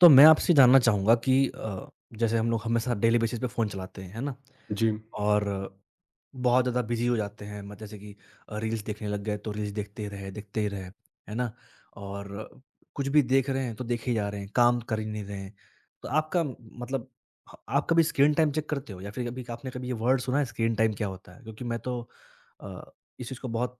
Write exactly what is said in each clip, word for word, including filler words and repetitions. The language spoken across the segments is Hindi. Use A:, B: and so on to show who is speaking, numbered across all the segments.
A: तो मैं आपसे जानना चाहूँगा कि अ, जैसे हम लोग हमेशा डेली बेसिस पे फ़ोन चलाते हैं, है ना?
B: जी,
A: और बहुत ज़्यादा बिज़ी हो जाते हैं म जैसे कि अ, रील्स देखने लग गए तो रील्स देखते ही रहे, देखते ही रहे, है ना? और कुछ भी देख रहे हैं तो देखे ही जा रहे हैं, काम कर ही नहीं रहे हैं। तो आपका मतलब ह आप कभी स्क्रीन टाइम चेक करते हो या फिर कभी आपने कभी ये वर्ड सुना है स्क्रीन टाइम क्या होता है? क्योंकि मैं तो अ, इस चीज़ को बहुत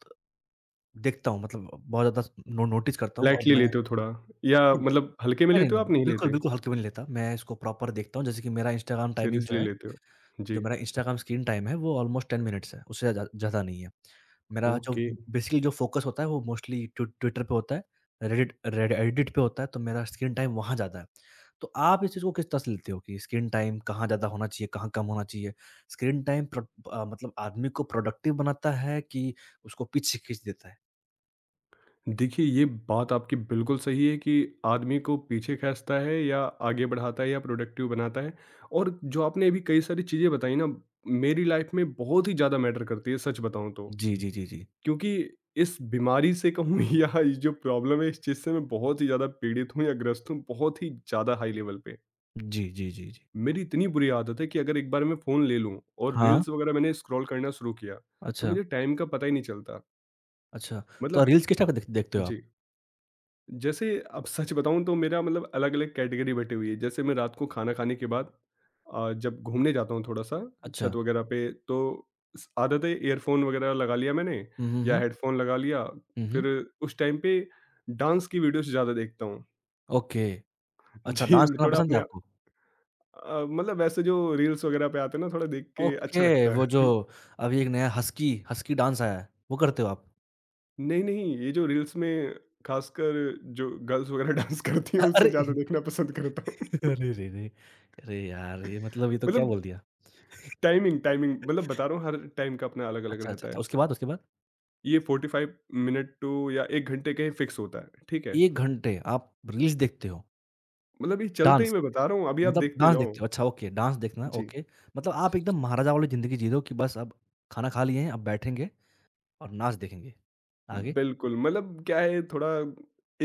A: देखता हूँ मतलब बहुत ज़्यादा नो नोटिस करता हूँ और
B: लाइटली
A: मैं
B: लेते हो थोड़ा या मतलब हल्के में
A: नहीं, नहीं,
B: लेते हो
A: नहीं।
B: आप
A: नहीं,
B: नहीं
A: बिल्कुल,
B: लेते?
A: बिल्कुल हल्के में नहीं लेता। मैं इसको प्रॉपर देखता हूँ जैसे कि मेरा इंस्टाग्राम टाइमिंग जो
B: सीरियसली
A: है,
B: लेते हो? जी,
A: जो मेरा इंस्टाग्राम स्क्रीन टाइम है वो ऑलमोस्ट टेन मिनट्स है, उससे ज़्यादा ज़्यादा नहीं है। मेरा जो
B: ओके।
A: बेसिकली जो फ़ोकस होता है वो मोस्टली ट्वि ट्विटर पे होता है, रेडिट रेड एडिट पे होता है तो मेरा स्क्रीन टाइम वहाँ ज़्यादा है। तो आप इस चीज़ को किस तरह से लेते हो कि स्क्रीन टाइम कहाँ ज़्यादा होना चाहिए, कहाँ कम होना चाहिए? स्क्रीन टाइम प्र अ, मतलब आदमी को प्रोडक्टिव बनाता है कि उसको पीछे खींच देता है?
B: देखिए, ये बात आपकी बिल्कुल सही है कि आदमी को पीछे खींचता है या आगे बढ़ाता है या प्रोडक्टिव बनाता है और जो आपने अभी कई सारी चीज़ें बताई ना, मेरी लाइफ में बहुत ही ज़्यादा मैटर करती है, सच बताऊँ तो।
A: जी, जी, जी, जी।
B: क्योंकि इस बीमारी से कहूँ या ये जो प्रॉब्लम है, इस चीज़ से मैं बहुत ही ज़्यादा पीड़ित हूँ या ग्रस्त हूँ, बहुत ही ज़्यादा हाई लेवल पे।
A: जी, जी, जी, जी।
B: मेरी इतनी बुरी आदत है कि अगर एक बार मैं फ़ोन ले लूँ और
A: हाँ,
B: रील्स वगैरह मैंने स्क्रॉल करना शुरू किया, तो
A: अच्छा।
B: मुझे टाइम का पता ही नहीं चलता।
A: अच्छा, तो
B: मतलब
A: रील्स किस टाइप का देख देखते हो आप?
B: जी, जैसे अब सच बताऊँ तो मेरा मतलब अलग-अलग कैटेगरी बटी हुई है। जैसे मैं रात को खाना खाने के बाद अ, जब घूमने जाता हूँ थोड़ा-सा छत
A: अच्छा।
B: वगैरह पे, तो स आदत है ईयरफ़ोन वगैरह लगा लिया मैंने
A: हुँ, हुँ,
B: या
A: हुँ।
B: हेडफ़ोन लगा लिया,
A: हुँ,
B: फिर
A: हुँ।
B: उस टाइम पे डांस की वीडियोज़ ज़्यादा देखता हूँ।
A: ओके। अच्छा डांस
B: जी,
A: करना
B: थोड़ा
A: पसंद है
B: अपने
A: आपको?
B: अ, मतलब वैसे जो रील्स वगैरह पे आते हैं ना, थोड़ा देख के अच्छा
A: ओके,
B: लगता
A: वो जो
B: है।
A: अभी एक नया हस्की हस्की डांस आया है, वो करते हो आप?
B: नहीं, नहीं, ये जो रील्स में खासकर जो गर्ल्स वगैरह डांस करती
A: अ,
B: हैं उससे
A: अरे!
B: ज़्यादा देखना पसंद करता हूँ।
A: अरे रे रे! अरे यार, ये मतलब ये तो क्या
B: मतलब
A: बोल दिया।
B: टाइमिंग टाइमिंग मतलब बता रहा हूँ हर टाइम का अपना अलग-अलग
A: अच्छा, अच्छा,
B: रहता
A: अच्छा,
B: है।
A: उसके बाद उसके बाद?
B: ये पैंतालीस मिनट टू या एक घंटे का ही फिक्स होता है, ठीक है?
A: एक घंटे आप रील्स देखते हो,
B: मतलब ये चलते ही
A: डांस
B: मैं बता रहा हूँ, अभी आप
A: मतलब
B: देखते
A: डांस
B: जाओ।
A: देखते हो। अच्छा ओके, डांस देखना
B: जी।
A: ओके। मतलब आप एकदम महाराजा वाली ज़िंदगी जी रहे हो कि बस अब खाना खा लिए हैं, अब बैठेंगे और नाच देखेंगे। आगे?
B: बिल्कुल, मतलब क्या है थोड़ा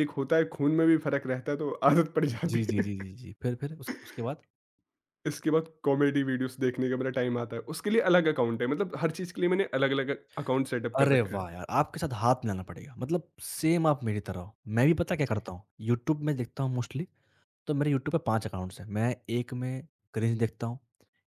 B: एक होता है खून में भी फ़र्क रहता है तो आदत पड़ जाती
A: जी, जी,
B: है।
A: जी, जी, जी। फिर फिर उसके उसके बाद?
B: इसके बाद कॉमेडी वीडियोस देखने का मेरा टाइम आता है। उसके लिए अलग अकाउंट है मतलब हर चीज़ के लिए मैंने अलग-अलग अकाउंट सेटअप कर
A: अरे
B: रखा है।
A: वाह यार! आपके साथ हाथ मिलाना पड़ेगा। मतलब सेम आप मेरी तरह हो। मैं भी पता है क्या
B: जी।
A: करता हूँ? यूट्यूब में देखता हूँ मोस्टली तो मेरे यूट्यूब पे पाँच अकाउंट्स हैं। मैं एक में क्रिंज देखता हूँ,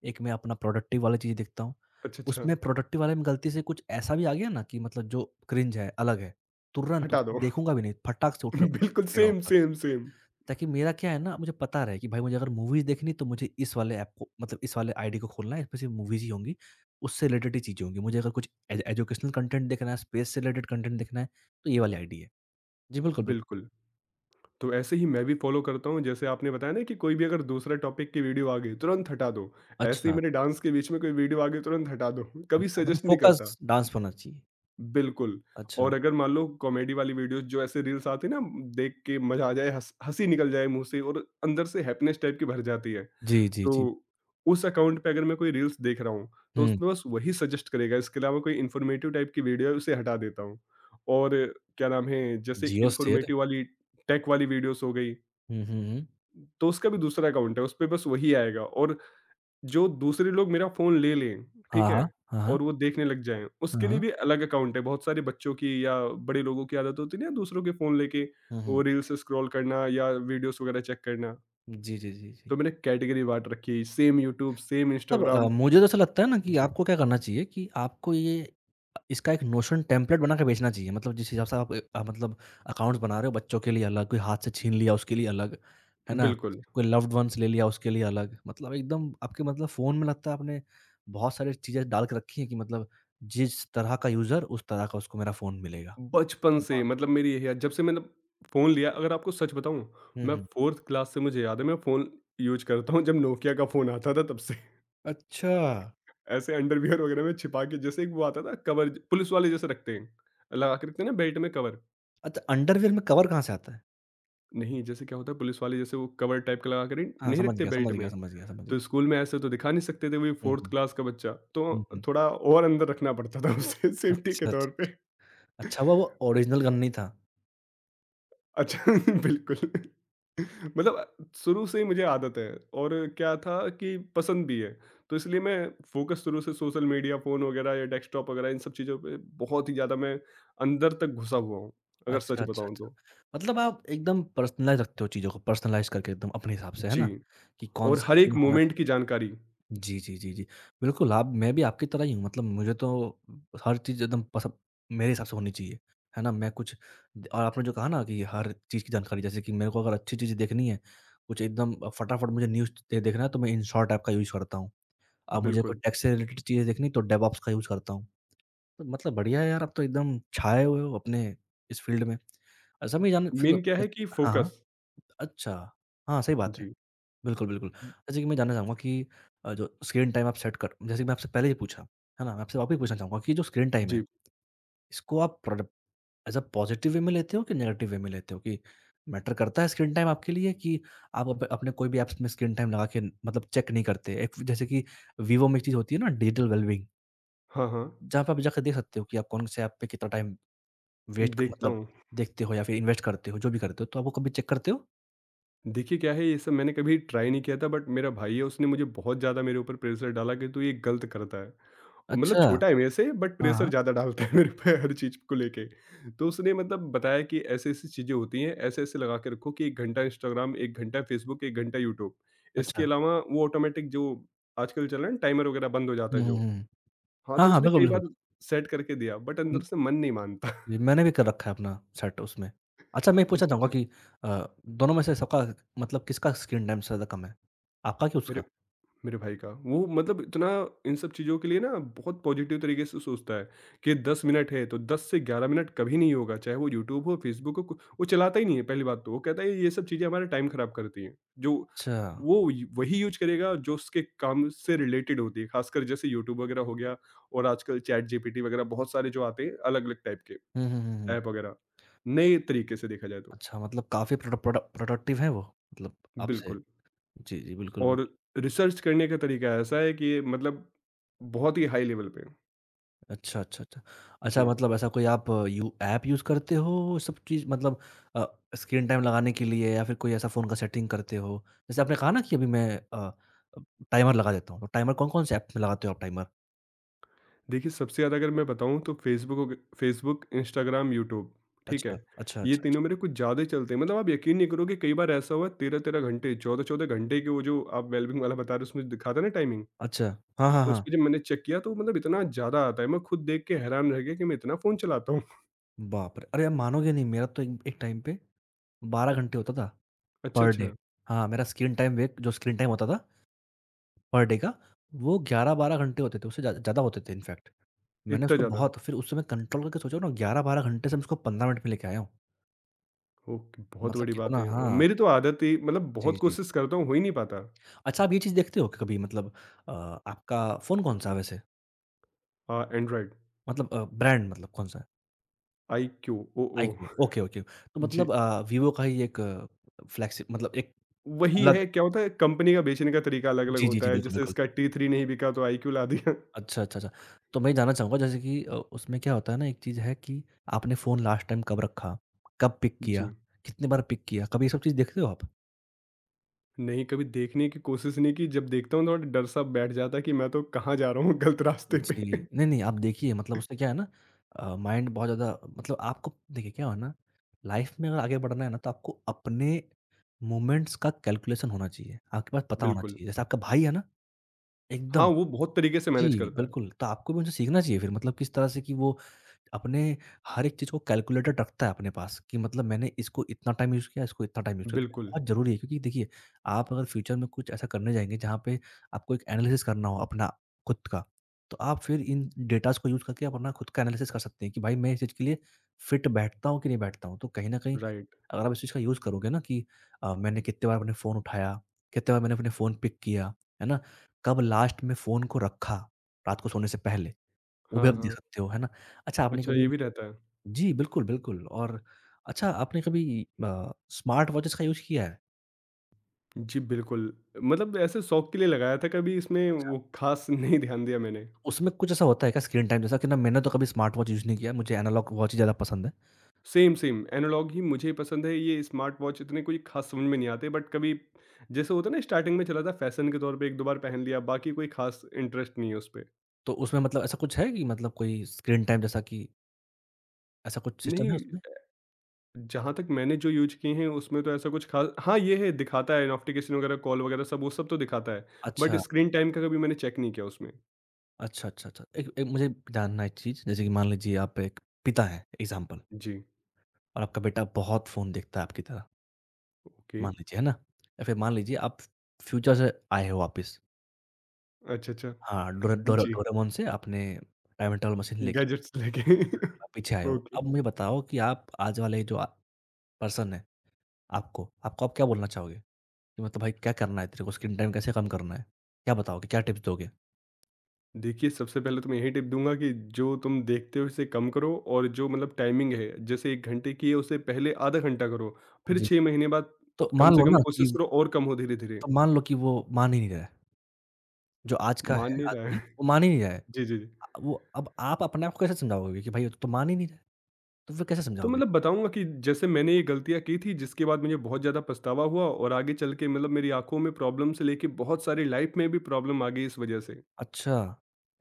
A: एक में अपना प्रोडक्टिव वाली चीज़ें देखता हूँ।
B: अच्छा, अच्छा।
A: उसमें प्रोडक्टिव वाले में गलती से कुछ ऐसा भी आ गया ना कि मतलब जो क्रिंज है, अलग है, तुरंत
B: हटा
A: उसको
B: दो।
A: देखूँगा भी नहीं, फटाक से उठ उठ
B: बिल्कुल
A: उठेगा
B: सेम,
A: ऊपर।
B: Same, same.
A: ताकि मेरा क्या है ना मुझे पता रहे कि भाई मुझे अगर मूवीज़ देखनी है तो मुझे इस वाले ऐप को मतलब इस वाले आईडी को खोलना है, इसमें सिर्फ़ मूवीज़ ही होंगी, उससे रिलेटेड ही चीज़ें होंगी। मुझे अगर कुछ एज एजुकेशनल कंटेंट देखना है, स्पेस से रिलेटेड कंटेंट देखना है, तो ये वाली आईडी है। जी, बिल्कुल, बिल्कुल।
B: बिल्कुल। तो ऐसे ही मैं भी फ़ॉलो करता हूँ जैसे आपने बताया ना कि कोई भी अगर दूसरा टॉपिक की वीडियो आ गई तुरंत हटा दो। ऐसे ही
A: अच्छा,
B: मेरे डांस के बीच में कोई वीडियो आ गई तुरंत हटा दो। कभी
A: अच्छा मतलब
B: सजेस्ट नहीं करता।
A: फोकस डांस पे होना चाहिए।
B: बिल्कुल।
A: अच्छा।
B: और अगर मान लो कॉमेडी वाली वीडियोज़ जो ऐसे रील्स आती है ना देख के मज़ा आ जाए हँस हँसी निकल जाए मुँह से और अंदर से हैप्पीनेस टाइप की भर जाती है।
A: जी, जी,
B: तो
A: जी।
B: उस अकाउंट पे अगर मैं कोई रील्स देख रहा हूँ, तो
A: हुँ,
B: उसमें बस वही सजेस्ट करेगा, इसके अलावा कोई इन्फॉर्मेटिव टाइप की वीडियो है उसे हटा देता हूँ। और क्या नाम है, जैसे
A: जिओ स्थिर।
B: इन्फॉर्मेटिव वाली टेक वाली वीडियोज़ हो गई,
A: हुँ, हुँ, हुँ।
B: तो उसका भी दूसरा अकाउंट है, उसपे बस वही आएगा और जो दूसरे लोग मेरा फ़ोन ले लें,
A: हाँ,
B: ठीक
A: हाँ।
B: है?
A: हाँ, हाँ।
B: और वो देखने लग जाएँ,
A: हाँ,
B: उसके लिए
A: हाँ।
B: भी अलग अकाउंट है। बहुत सारे बच्चों की या बड़े लोगों की आदत होती है ना दूसरों के फ़ोन लेके
A: हुँ, हुँ।
B: वो रील्स स्क्रॉल करना या वीडियोज़ वगैरह चेक करना।
A: जी, जी, जी, जी।
B: तो मैंने कैटेगरी बाँट रखी है, सेम यूट्यूब, सेम
A: मतलब अ,
B: इंस्टाग्राम।
A: मुझे तो ऐसा लगता है ना कि
B: जी,
A: आपको क्या करना चाहिए कि आपको ये इसका एक नोशन टेम्पलेट बना के बेचना चाहिए। मतलब जिस हिसाब से आप अ, मतलब अकाउंट्स बना रहे हो बच्चों के लिए अलग, कोई हाथ से छीन लिया उसके लिए अलग, है ना?
B: बिल्कुल।
A: कोई लव्ड वन्स ले लिया उसके लिए अलग। मतलब एकदम आपके मतलब फ़ोन में लगता है आपने बहुत सारी चीज़ें डाल के रखी हैं कि मतलब जिस तरह का यूज़र उस तरह का उसको मेरा फ़ोन मिलेगा।
B: बचपन से
A: वाह!
B: मतलब मेरी यही आद जब से मैंने फ़ोन लिया अगर आपको सच बताऊँ,
A: हुँ,
B: मैं
A: हुँ।
B: चौथी क्लास से मुझे याद है मैं फ़ोन यूज़ करता हूँ, जब नोकिया का फ़ोन आता था तब से।
A: अच्छा।
B: ऐसे अंडरवियर वगैरह में छिपा के जैसे एक वो आता था कवर ज पुलिस वाले जैसे रखते हैं, लगा के रखते हैं ना बेल्ट में कवर।
A: अच्छा अंडरवियर में कवर कहाँ से आता है?
B: नहीं, जैसे क्या होता है पुलिस वाले जैसे वो कवर टाइप का लगा के नहीं
A: हाँ,
B: नहीं
A: समझ
B: रखते
A: गया,
B: बेल्ट
A: समझ गया,
B: में,
A: समझ गया, समझ गया।
B: तो स्कूल में ऐसे तो दिखा नहीं सकते थे वही
A: हुँ,
B: चौथी
A: हुँ।
B: क्लास का बच्चा,
A: हुँ,
B: तो
A: हुँ।
B: थोड़ा और अंदर रखना पड़ता था उसे सेफ्टी के
A: अच्छा, अच्छा,
B: तौर पे।
A: अच्छा। अच्छा, वो वो ओरिजिनल गन नहीं था।
B: अच्छा बिल्कुल। मतलब शुरू से ही मुझे आदत है और क्या था कि पसंद भी है। तो इसलिए मैं फ़ोकस शुरू से सोशल मीडिया, फ़ोन वगैरह या डेस्कटॉप वगैरह इन सब चीज़ों पे बहुत ही ज़्यादा मैं अंदर तक घुसा हुआ हूँ, अगर
A: अच्छा,
B: सच
A: अच्छा,
B: बताऊँ
A: अच्छा।
B: तो।
A: मतलब आप एकदम पर्सनलाइज़ रखते हो चीज़ों को, पर्सनलाइज़ करके एकदम अपने हिसाब से, है
B: जी,
A: ना? कि
B: और
A: कौन-सा
B: हर एक
A: कितना होना
B: मोमेंट की
A: चाहिए।
B: जानकारी।
A: जी, जी, जी, जी। बिल्कुल, आप मैं भी आपकी तरह ही हूँ, मतलब मुझे तो हर चीज़ एकदम पसंद मेरे हिसाब से होनी चाहिए, है ना? मैं कुछ और आपने जो कहा ना कि हर चीज़ की जानकारी, जैसे कि मेरे को अगर अच्छी चीज़ें देखनी है, कुछ एकदम फटाफट मुझे न्यूज़ दे देखना है, तो मैं इनशॉट ऐप का यूज़ करता हूँ। अब मुझे कोई
B: बिल्कुल।
A: टेक से रिलेटेड चीज़ें देखनी, तो डेवऑप्स का यूज़ करता हूँ। तो मतलब बढ़िया है यार, आप तो एकदम छाए हुए हो अपने इस फ़ील्ड में। ऐसा मैं ये जानना फिर तो
B: मेन क्या है कि
A: हाँ, हाँ।
B: फ़ोकस।
A: अच्छा, हाँ, सही बात है।
B: जी,
A: बिल्कुल, बिल्कुल। जैसे कि मैं जानना चाहूँगा कि अ, जो स्क्रीन टाइम आप सेट कर जैसे कि मैं आपसे पहले ही पूछा, है ना? मैं आपसे वापस पूछना चाहूँगा कि जो स्क्रीन टाइम है,
B: जी।
A: इसको आप product as a positive way में लेते हो कि नेगेटिव वे में लेते हो? कि मैटर करता है स्क्रीन टाइम आपके लिए कि आप अप अपने कोई भी ऐप्स में स्क्रीन टाइम लगा के न- मतलब चेक नहीं करते? एक जैसे कि वीवो में एक चीज़ होती है ना डिजिटल वेल-बीइंग,
B: हाँ, हाँ,
A: जहाँ पे आप जाकर देख सकते हो कि आप कौन-से ऐप पे कितना टाइम वेट क
B: देखता
A: मतलब
B: हूँ।
A: देखते हो या फिर इन्वेस्ट करते हो, जो भी करते हो, तो आप वो कभी चेक करते हो?
B: देखिए क्या है ये सब मैंने कभी ट्राई नहीं किया था बट मेरा भाई है उसने मुझे बहुत ज़्यादा मेरे ऊपर प्रेशर डाला कि तू ये गलत करता है। मतलब
A: अच्छा,
B: छोटा है मेरे से बट
A: हाँ,
B: प्रेशर
A: हाँ,
B: ज़्यादा डालता है मेरे पे हर चीज़ को लेके। तो उसने मतलब बताया कि ऐसी-ऐसी चीज़ें होती हैं, ऐसे-ऐसे लगा के रखो कि एक घंटा इंस्टाग्राम, एक घंटा फ़ेसबुक, एक घंटा यूट्यूब। इसके
A: अच्छा।
B: अलावा वो ऑटोमैटिक जो आजकल चल रहा है ना टाइमर वगैरह बंद हो जाता
A: हुँ,
B: है
A: हुँ,
B: जो।
A: हुँ।
B: हाँ,
A: हाँ,
B: तो
A: हाँ,
B: उसने
A: बिल्कुल,
B: कई
A: बिल्कुल।
B: बार सेट करके दिया बट
A: हुँ,
B: अंदर से मन नहीं मानता।
A: जी, मैंने भी कर रखा है अपना सेट उसमें। अच्छा मैं ये पूछना
B: अच्छा,
A: चाहूँगा
B: अच्छा।
A: कि अ, दोनों में से सबका मतलब किसका स्क्रीन टाइम सबसे ज़्यादा कम है? आपका कि उसका?
B: मेरे मेरे भाई का वो मतलब इतना इन सब चीज़ों के लिए ना बहुत पॉजिटिव तरीके से सोचता है कि दस मिनट है तो दस से ग्यारह मिनट कभी नहीं होगा चाहे वो यूट्यूब हो फेसबुक हो कु- वो चलाता ही नहीं है पहली बात तो वो कहता है ये सब चीज़ें हमारा टाइम खराब करती हैं जो
A: अच्छा।
B: वो यू- वही यूज करेगा जो उसके काम से रिलेटेड होती है खासकर जैसे यूट्यूब वगैरह हो गया और आजकल चैट जी पी टी वगैरह बहुत सारे जो आते हैं अलग अलग टाइप के
A: हुँ, हुँ, हुँ, हुँ।
B: ऐप वगैरह नए तरीके से देखा जाए तो
A: अच्छा मतलब काफ़ी प्रोड प्रोड प्रोडक्टिव हैं वो मतलब आपसे?
B: बिल्कुल
A: जी, जी, बिल्कुल,
B: और
A: बिल्कुल।
B: रिसर्च करने का तरीका ऐसा है कि मतलब बहुत ही हाई लेवल पे।
A: अच्छा, अच्छा, अच्छा। अच्छा
B: जी।
A: मतलब ऐसा कोई आप यू ऐप यूज़ करते हो सब चीज़ मतलब अ, स्क्रीन टाइम लगाने के लिए या फिर कोई ऐसा फ़ोन का सेटिंग करते हो? जैसे आपने कहा ना कि अभी मैं अ, टाइमर लगा देता हूँ, तो टाइमर कौन-कौन से ऐप में लगाते हो आप टाइमर?
B: देखिए, सबसे ज़्यादा अगर मैं बताऊँ तो फ़ेसबुक हो ग फ़ेसबुक, इंस्टाग्राम, यूट्यूब, ठीक
A: अच्छा,
B: है?
A: अच्छा, अच्छा,
B: ये
A: अच्छा।
B: तीनों मेरे कुछ ज़्यादा ही चलते हैं। मतलब आप यकीन नहीं करोगे कई बार ऐसा हुआ तेरह-तेरह घंटे, चौदह-चौदह घंटे के वो जो आप वेलबींग वाला बता रहे हो उसमें दिखा था ना टाइमिंग,
A: अच्छा, हाँ, हाँ, हाँ।
B: उसपे जब मैंने चेक किया तो मतलब इतना ज़्यादा आता है, मैं खुद देख के हैरान रह गया कि मैं इतना फ़ोन चलाता हूँ।
A: बाप रे! अरे आप मानोगे नहीं मेरा तो एक एक टाइम पे बारह घंटे होता था
B: अच्छा,
A: पर डे।
B: अच्छा,
A: हाँ, मेरा स्क्रीन टाइम वे जो स्क्रीन टाइम होता था पर डे का वो ग्यारह बारह घंटे होते थे, उससे ज़्या ज़्यादा होते थे इनफैक्ट। मैंने
B: इतना
A: उसको
B: ज़्यादा?
A: बहुत फिर उस समय कंट्रोल करके सोचो ना ग्यारह बारह घंटे से मैं उसको पंद्रह मिनट में लेके आया हूँ।
B: ओके, बहुत
A: मतलब
B: बड़ी
A: कितना
B: बात है। अ,
A: हाँ,
B: मेरी तो आदत ही मतलब
A: जी,
B: बहुत
A: जी।
B: कोशिश करता हूँ, हो ही नहीं पाता।
A: अच्छा आप ये चीज़ देखते हो कि कभी मतलब अ, आपका फ़ोन कौन-सा है वैसे?
B: हाँ, एंड्रॉइड,
A: मतलब अ, ब्रांड मतलब कौन-सा है?
B: IQOO, oh!
A: IQOO
B: oh!
A: Okay, okay. तो
B: जी।
A: मतलब अ, वीवो का ही एक फ्लैगशिप मतलब एक
B: वही
A: अलग
B: है, क्या होता है कंपनी का बेचने का तरीका अलग-अलग
A: जी, जी,
B: होता
A: जी।
B: है,
A: बिल्कुल,
B: जैसे
A: बिल्कुल।
B: इसका टी थ्री नहीं बिका तो आईक्यू ला दिया।
A: अच्छा, अच्छा, अच्छा। तो मैं ये जानना चाहूँगा जैसे कि अ, उसमें क्या होता है ना एक चीज़ है कि आपने फ़ोन लास्ट टाइम कब रखा? कब पिक किया?
B: जी,
A: कितनी बार पिक किया? कभी ये सब चीज़ देखते हो आप?
B: नहीं कभी देखने की कोशिश नहीं की, जब देखता हूँ थोड़ा डर-सा बैठ जाता है कि मैं तो कहाँ जा रहा हूँ गलत रास्ते पे।
A: जी। नहीं, नहीं आप देखिए मतलब उससे क्या है ना अ, माइंड बहुत ज़्यादा मतलब आपको देखिए क्या होना लाइफ़ में अगर आगे बढ़ना है ना तो आपको अपने मोमेंट्स का कैलकुलेशन होना चाहिए। आपके पास पता होना
B: बिल्कुल,
A: चाहिए। जैसे आपका भाई है ना
B: हाँ,
A: एकदम
B: वो बहुत तरीके से मैनेज
A: जी,
B: करता है।
A: बिल्कुल। तो आपको भी उनसे सीखना चाहिए फिर मतलब किस तरह से कि वो अपने हर एक चीज़ को कैलकुलेटेड रखता है अपने पास कि मतलब मैंने इसको इतना टाइम यूज़ किया, इसको इतना टाइम यूज़ किया।
B: बिल्कुल,
A: बहुत ज़रूरी है क्योंकि देखिए, आप अगर फ्यूचर में कुछ ऐसा करने जाएँगे जहाँ पे आपको एक एनालिसिस करना हो अपना खुद का, तो आप फिर इन डेटाज़ को यूज़ करके आप अपना खुद का एनालिसिस कर सकते हैं कि भाई मैं इस चीज़ के लिए फिट बैठता हूँ कि नहीं बैठता हूँ। तो कहीं न कहीं
B: राइट,
A: अगर आप इस चीज़ का यूज़ करोगे ना कि अ, मैंने कितने बार अपने फ़ोन उठाया, कितने बार मैंने अपने फ़ोन पिक किया, है ना? कब लास्ट में फ़ोन को रखा, रात को सोने से पहले। वो भी
B: हाँ,
A: आप दे
B: हाँ।
A: सकते हो, है ना? अच्छा आपने
B: अच्छा
A: कभी
B: ये भी रहता है।
A: जी, बिल्कुल, बिल्कुल और अच्छा आपने कभी अ, स्मार्ट वॉचेस का यूज़ किया है?
B: जी, बिल्कुल, मतलब ऐसे शौक के लिए लगाया था, कभी इसमें
A: अच्छा,
B: वो ख़ास नहीं ध्यान दिया मैंने।
A: उसमें कुछ ऐसा होता है क्या स्क्रीन टाइम जैसा कि ना मैंने तो कभी स्मार्ट वॉच यूज़ नहीं किया, मुझे एनालॉग वॉच ही ज़्यादा पसंद है।
B: सेम, सेम एनालॉग ही मुझे पसंद है, ये स्मार्टवॉच इतने कोई ख़ास समझ में नहीं आते बट कभी जैसे होता है ना स्टार्टिंग में चला था फ़ैशन के तौर पे एक-दो बार पहन लिया, बाकी कोई ख़ास इंटरेस्ट नहीं है उस पे।
A: तो उसमें मतलब ऐसा कुछ है कि मतलब कोई स्क्रीन टाइम जैसा कि ऐसा कुछ सिस्टम है
B: नहीं,
A: उसमें?
B: जहाँ तक मैंने जो यूज़ किए हैं उसमें तो ऐसा कुछ ख़ास हाँ, ये है दिखाता है नोटिफ़िकेशन वगैरह, कॉल वगैरह सब वो सब तो दिखाता है, बट
A: अच्छा,
B: स्क्रीन टाइम का कभी मैंने चेक नहीं किया उसमें।
A: अच्छा, अच्छा, अच्छा। एक एक मुझे जानना है एक चीज़, जैसे कि मान लीजिए आप एक पिता हैं एग्ज़ाम्पल
B: जी,
A: और आपका बेटा बहुत फ़ोन देखता है आपकी तरह,
B: ओके।
A: मान लीजिए, है ना? या फिर मान लीजिए आप फ्यूचर से आए हो वापिस
B: अच्छा, अच्छा।
A: हाँ, डोरे डोरे
B: जी,
A: डोरेमोन से आपने टाइम ट्रैवल मशीन लेके
B: गैजेट्स लेके
A: बिल्कुल आप पीछे आए हो।
B: ओके।
A: अब मुझे बताओ कि आप आज वाले जो अ, पर्सन है आपको, आपको आप क्या बोलना चाहोगे? कि मतलब भाई क्या करना है तेरे को स्क्रीन टाइम कैसे कम करना है? क्या बताओगे? क्या टिप्स दोगे?
B: देखिए, सबसे पहले तो मैं यही टिप दूँगा कि जो तुम देखते हो इसे कम करो और जो मतलब टाइमिंग है, जैसे एक घंटे की है उसे पहले आधा घंटा करो, फिर
A: जी।
B: छह महीने बाद
A: तो
B: कम
A: मान
B: से
A: लो
B: कम
A: ना
B: कोशिश
A: कि
B: करो और कम हो धीरे-धीरे।
A: तो मान लो कि वो मान ही नहीं रहा है। जो आज का
B: मान
A: है
B: नहीं रहा
A: आदमी
B: है।
A: वो मान ही नहीं रहा है।
B: जी, जी, जी।
A: अ, वो अब आप अपने आप को कैसे समझाओगे कि भाई तू तो मान ही नहीं रहा है, तो फिर कैसे
B: तो
A: समझाओगे?
B: मतलब बताऊँगा कि जैसे मैंने ये गलतियाँ की थी जिसके बाद मुझे बहुत ज़्यादा पछतावा हुआ और आगे चल के मतलब मेरी आँखों में प्रॉब्लम से लेके बहुत सारी लाइफ़ में भी प्रॉब्लम आ गई इस वजह से।
A: अच्छा,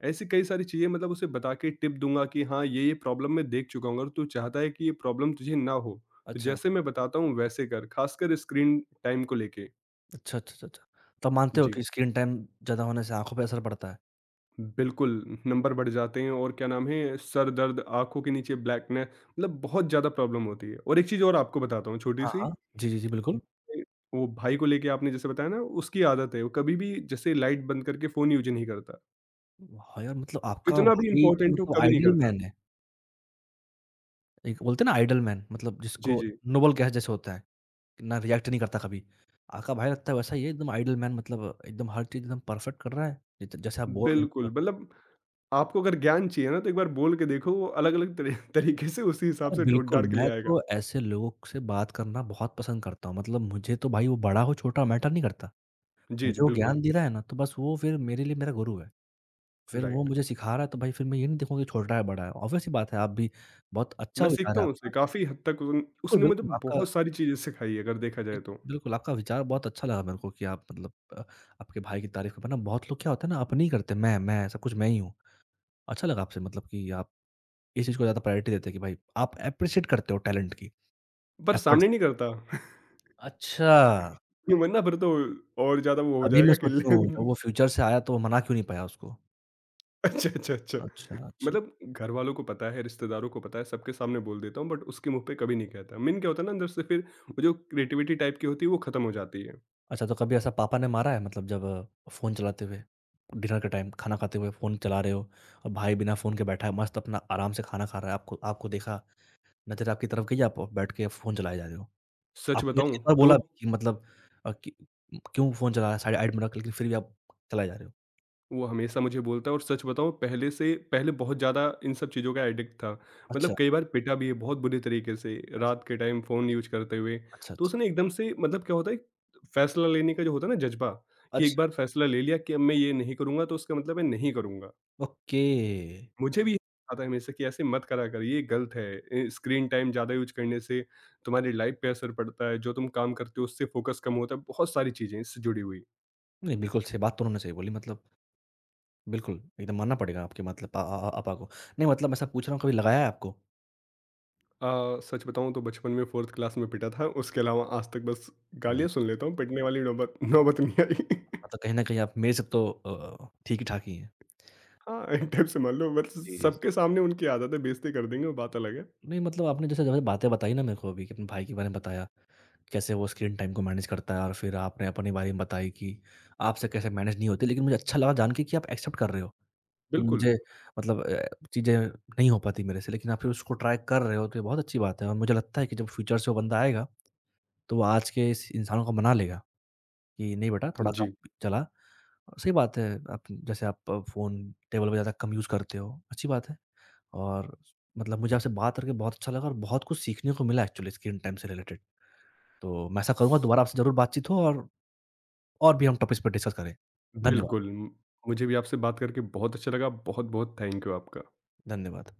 B: ऐसी कई सारी चीज़ें मतलब उसे बता के टिप दूँगा कि हाँ, ये-ये प्रॉब्लम मैं देख चुका हूँ, अगर तू चाहता है कि ये प्रॉब्लम तुझे ना हो, तो
A: अच्छा,
B: जैसे मैं बताता हूँ वैसे कर, ख़ासकर स्क्रीन टाइम को लेके।
A: अच्छा, अच्छा, अच्छा, अच्छा। तो मानते हो कि
B: जी।
A: स्क्रीन टाइम ज़्यादा होने से आँखों पे असर पड़ता है?
B: बिल्कुल, नंबर बढ़ जाते हैं और क्या नाम है, सर दर्द, आँखों के नीचे ब्लैकनेस मतलब बहुत ज़्यादा प्रॉब्लम होती है। और एक चीज़ और आपको बताता हूँ
A: हाँ,
B: छोटी-सी,
A: हाँ। जी, जी, जी, बिल्कुल।
B: वो भाई को लेके आपने जैसे बताया ना, उसकी आदत है, वो कभी भी जैसे लाइट बंद करके फ़ोन यूज़ ही नहीं करता।
A: हाँ, यार मतलब आपका
B: कितना भी
A: भाई तो
B: इम्पोर्टेंट हो,
A: मतलब
B: कभी नहीं
A: आइडियल
B: करता।
A: मैन है। एक बोलते हैं ना आइडियल मैन मतलब
B: जी,
A: जिसको
B: जी।
A: नोबल गैस जैसे होता है, ना रिएक्ट नहीं करता कभी। आपका भाई लगता है वैसा ही है एकदम आइडियल मैन मतलब एकदम हर चीज़ एकदम परफेक्ट कर रहा है। ज जैसे आप बोल रहे हैं।
B: बिल्कुल, मतलब आपको अगर ज्ञान चाहिए ना तो एक बार बोल के देखो वो अलग-अलग तरी तरीके से उसी हिसाब
A: अरे
B: से
A: बिल्कुल,
B: ढूँढ-ढाँड़ के ले
A: मैं
B: आएगा।
A: तो ऐसे लोगों से बात करना बहुत पसंद करता हूँ। मतलब मुझे तो भाई वो बड़ा हो छोटा मैटर नहीं करता।
B: जी, जी,
A: मुझे वो
B: बिल्कुल,
A: ज्ञान दे रहा है ना तो बस वो फिर मेरे लिए मेरा गुरु है। फिर वो
B: राइट।
A: मुझे सिखा रहा है तो भाई फिर मैं ये नहीं देखूँगा कि छोटा है, बड़ा है। ऑब्वियस सी बात है आप भी बहुत अच्छा
B: मैं
A: विचार
B: सीखता
A: है
B: हूँ उससे
A: आपका।
B: काफ़ी हद तक उन
A: बिल्कुल,
B: उसने मुझे
A: बिल्कुल, आपका
B: बहुत सारी चीज़ें सिखाई है अगर देखा
A: बिल
B: जाए तो,
A: बिल्कुल, आपका विचार बहुत अच्छा लगा मेरे को कि आप मतलब अ, आपके भाई की तारीफ़ कर पाना बहुत लोग क्या होता है ना अपनी करते हैं, मैं मैं सब कुछ मैं ही हूँ। अच्छा लगा आपसे मतलब कि आप इस चीज़ को ज़्यादा प्रायोरिटी देते हैं कि भाई आप एप्रिशिएट करते हो टैलेंट की,
B: पर
A: एफर्ट्स
B: सामने
A: की।
B: नहीं करता
A: अच्छा!
B: ये वरना फिर तो और ज़्यादा वो हो
A: अभी मैं
B: जाएगा कि
A: सोचूँ
B: ले
A: जब वो फ्यूचर से आया तो वो मना क्यों नहीं पाया उसको?
B: अच्छा, अच्छा, अच्छा।
A: अच्छा, अच्छा।
B: मतलब घरवालों को पता है, रिश्तेदारों को पता है, सबके सामने बोल देता हूँ बट उसके मुँह पे कभी नहीं कहता। मेन क्या होता है ना अंदर से फिर वो जो क्रिएटिविटी टाइप की होती है वो खत्म हो जाती है।
A: अच्छा तो कभी ऐसा पापा ने मारा है मतलब जब अ, फ़ोन चलाते हुए, डिनर के टाइम खाना खाते हुए फ़ोन चला रहे हो और भाई बिना फ़ोन के बैठा है मस्त अपना आराम से खाना खा रहा है, आपको आपको देखा नज़र आपकी तरफ गई, आप बैठ के फ़ोन चलाए जा रहे हो।
B: सच
A: आपको ये
B: बताऊँ
A: इतना
B: तो
A: बोला भी कि मतलब अ, कि क्यों फ़ोन चला रहा है? साइड आइड में रख लेकिन फिर भी आप चलाए जा रहे हो।
B: वो हमेशा मुझे बोलता है और सच बताऊँ पहले से पहले बहुत ज़्यादा इन सब चीज़ों का एडिक्ट था।
A: अच्छा,
B: मतलब कई बार पिटा भी है बहुत बुरी तरीके से
A: अच्छा,
B: रात के
A: अच्छा,
B: टाइम फ़ोन यूज़ करते हुए।
A: अच्छा,
B: तो
A: अच्छा,
B: उसने एकदम से मतलब क्या होता है फ़ैसला लेने का जो होता है ना जज़्बा कि एक
A: अच्छा,
B: बार फ़ैसला ले लिया कि अब मैं ये नहीं करूँगा तो उसका मतलब है नहीं करूँगा।
A: ओके।
B: मुझे भी आता है हमेशा कि ऐसे मत करा कर ये गलत है। ए, स्क्रीन टाइम ज़्यादा यूज़ करने से तुम्हारी लाइफ़ पे असर पड़ता है, जो तुम काम करते हो उससे फ़ोकस कम होता है, बहुत सारी चीज़ें इससे जुड़ी हुई।
A: नहीं, बिल्कुल सही बात तो उन्होंने सही बोली मतलब बिल्कुल, एकदम मानना पड़ेगा आपके मतलब पा अ, अ, पापा को। नहीं मतलब मैं ऐसा पूछ रहा हूँ कभी लगाया है आपको?
B: अ, सच बताऊँ तो बचपन में चौथी क्लास में पिटा था, उसके अलावा आज तक बस
A: वाह,
B: गालियाँ सुन लेता हूँ, पिटने वाली नौबत नौबत नहीं आई।
A: मतलब कहीं न कहीं आप मेरे से तो अ, ठीक ही ठाक ही हैं।
B: हाँ, एक टाइप से मान लो बस
A: जी, जी, जी।
B: सबके सामने उनकी आदत है, बेइज़्ज़ती कर देंगे वो बात अलग है।
A: नहीं मतलब आपने जैसे जैसे बातें बताई ना मेरे को अभी कि अपने भाई के बारे में बताया कैसे वो स्क्रीन टाइम को मैनेज करता है और फिर आपने अपने बारे में बताई कि आपसे कैसे मैनेज नहीं होती। लेकिन मुझे अच्छा लगा जान के कि आप एक्सेप्ट कर रहे हो कि
B: बिल्कुल,
A: मुझे मतलब अ, चीज़ें नहीं हो पाती मेरे से लेकिन आप फिर उसको ट्राई कर रहे हो तो ये बहुत अच्छी बात है। और मुझे लगता है कि जब फ्यूचर से वो बंदा आएगा तो वो आज के इस इंसानों को मना लेगा कि नहीं बेटा थोड़ा कम
B: जी,
A: चला। और सही बात है आप जैसे आप फ़ोन टेबल पे ज़्यादा कम यूज़ करते हो, अच्छी बात है। और मतलब मुझे आपसे बात करके बहुत अच्छा लगा और बहुत कुछ सीखने को मिला एक्चुअली स्क्रीन टाइम से रिलेटेड। तो मैं ऐसा करूँगा दोबारा आपसे ज़रूर बातचीत हो और और भी हम टॉपिक्स पर डिस्कस करें। धन्यवाद,
B: बिल्कुल। मुझे भी आपसे बात करके बहुत अच्छा लगा, बहुत-बहुत थैंक यू आपका।
A: धन्यवाद।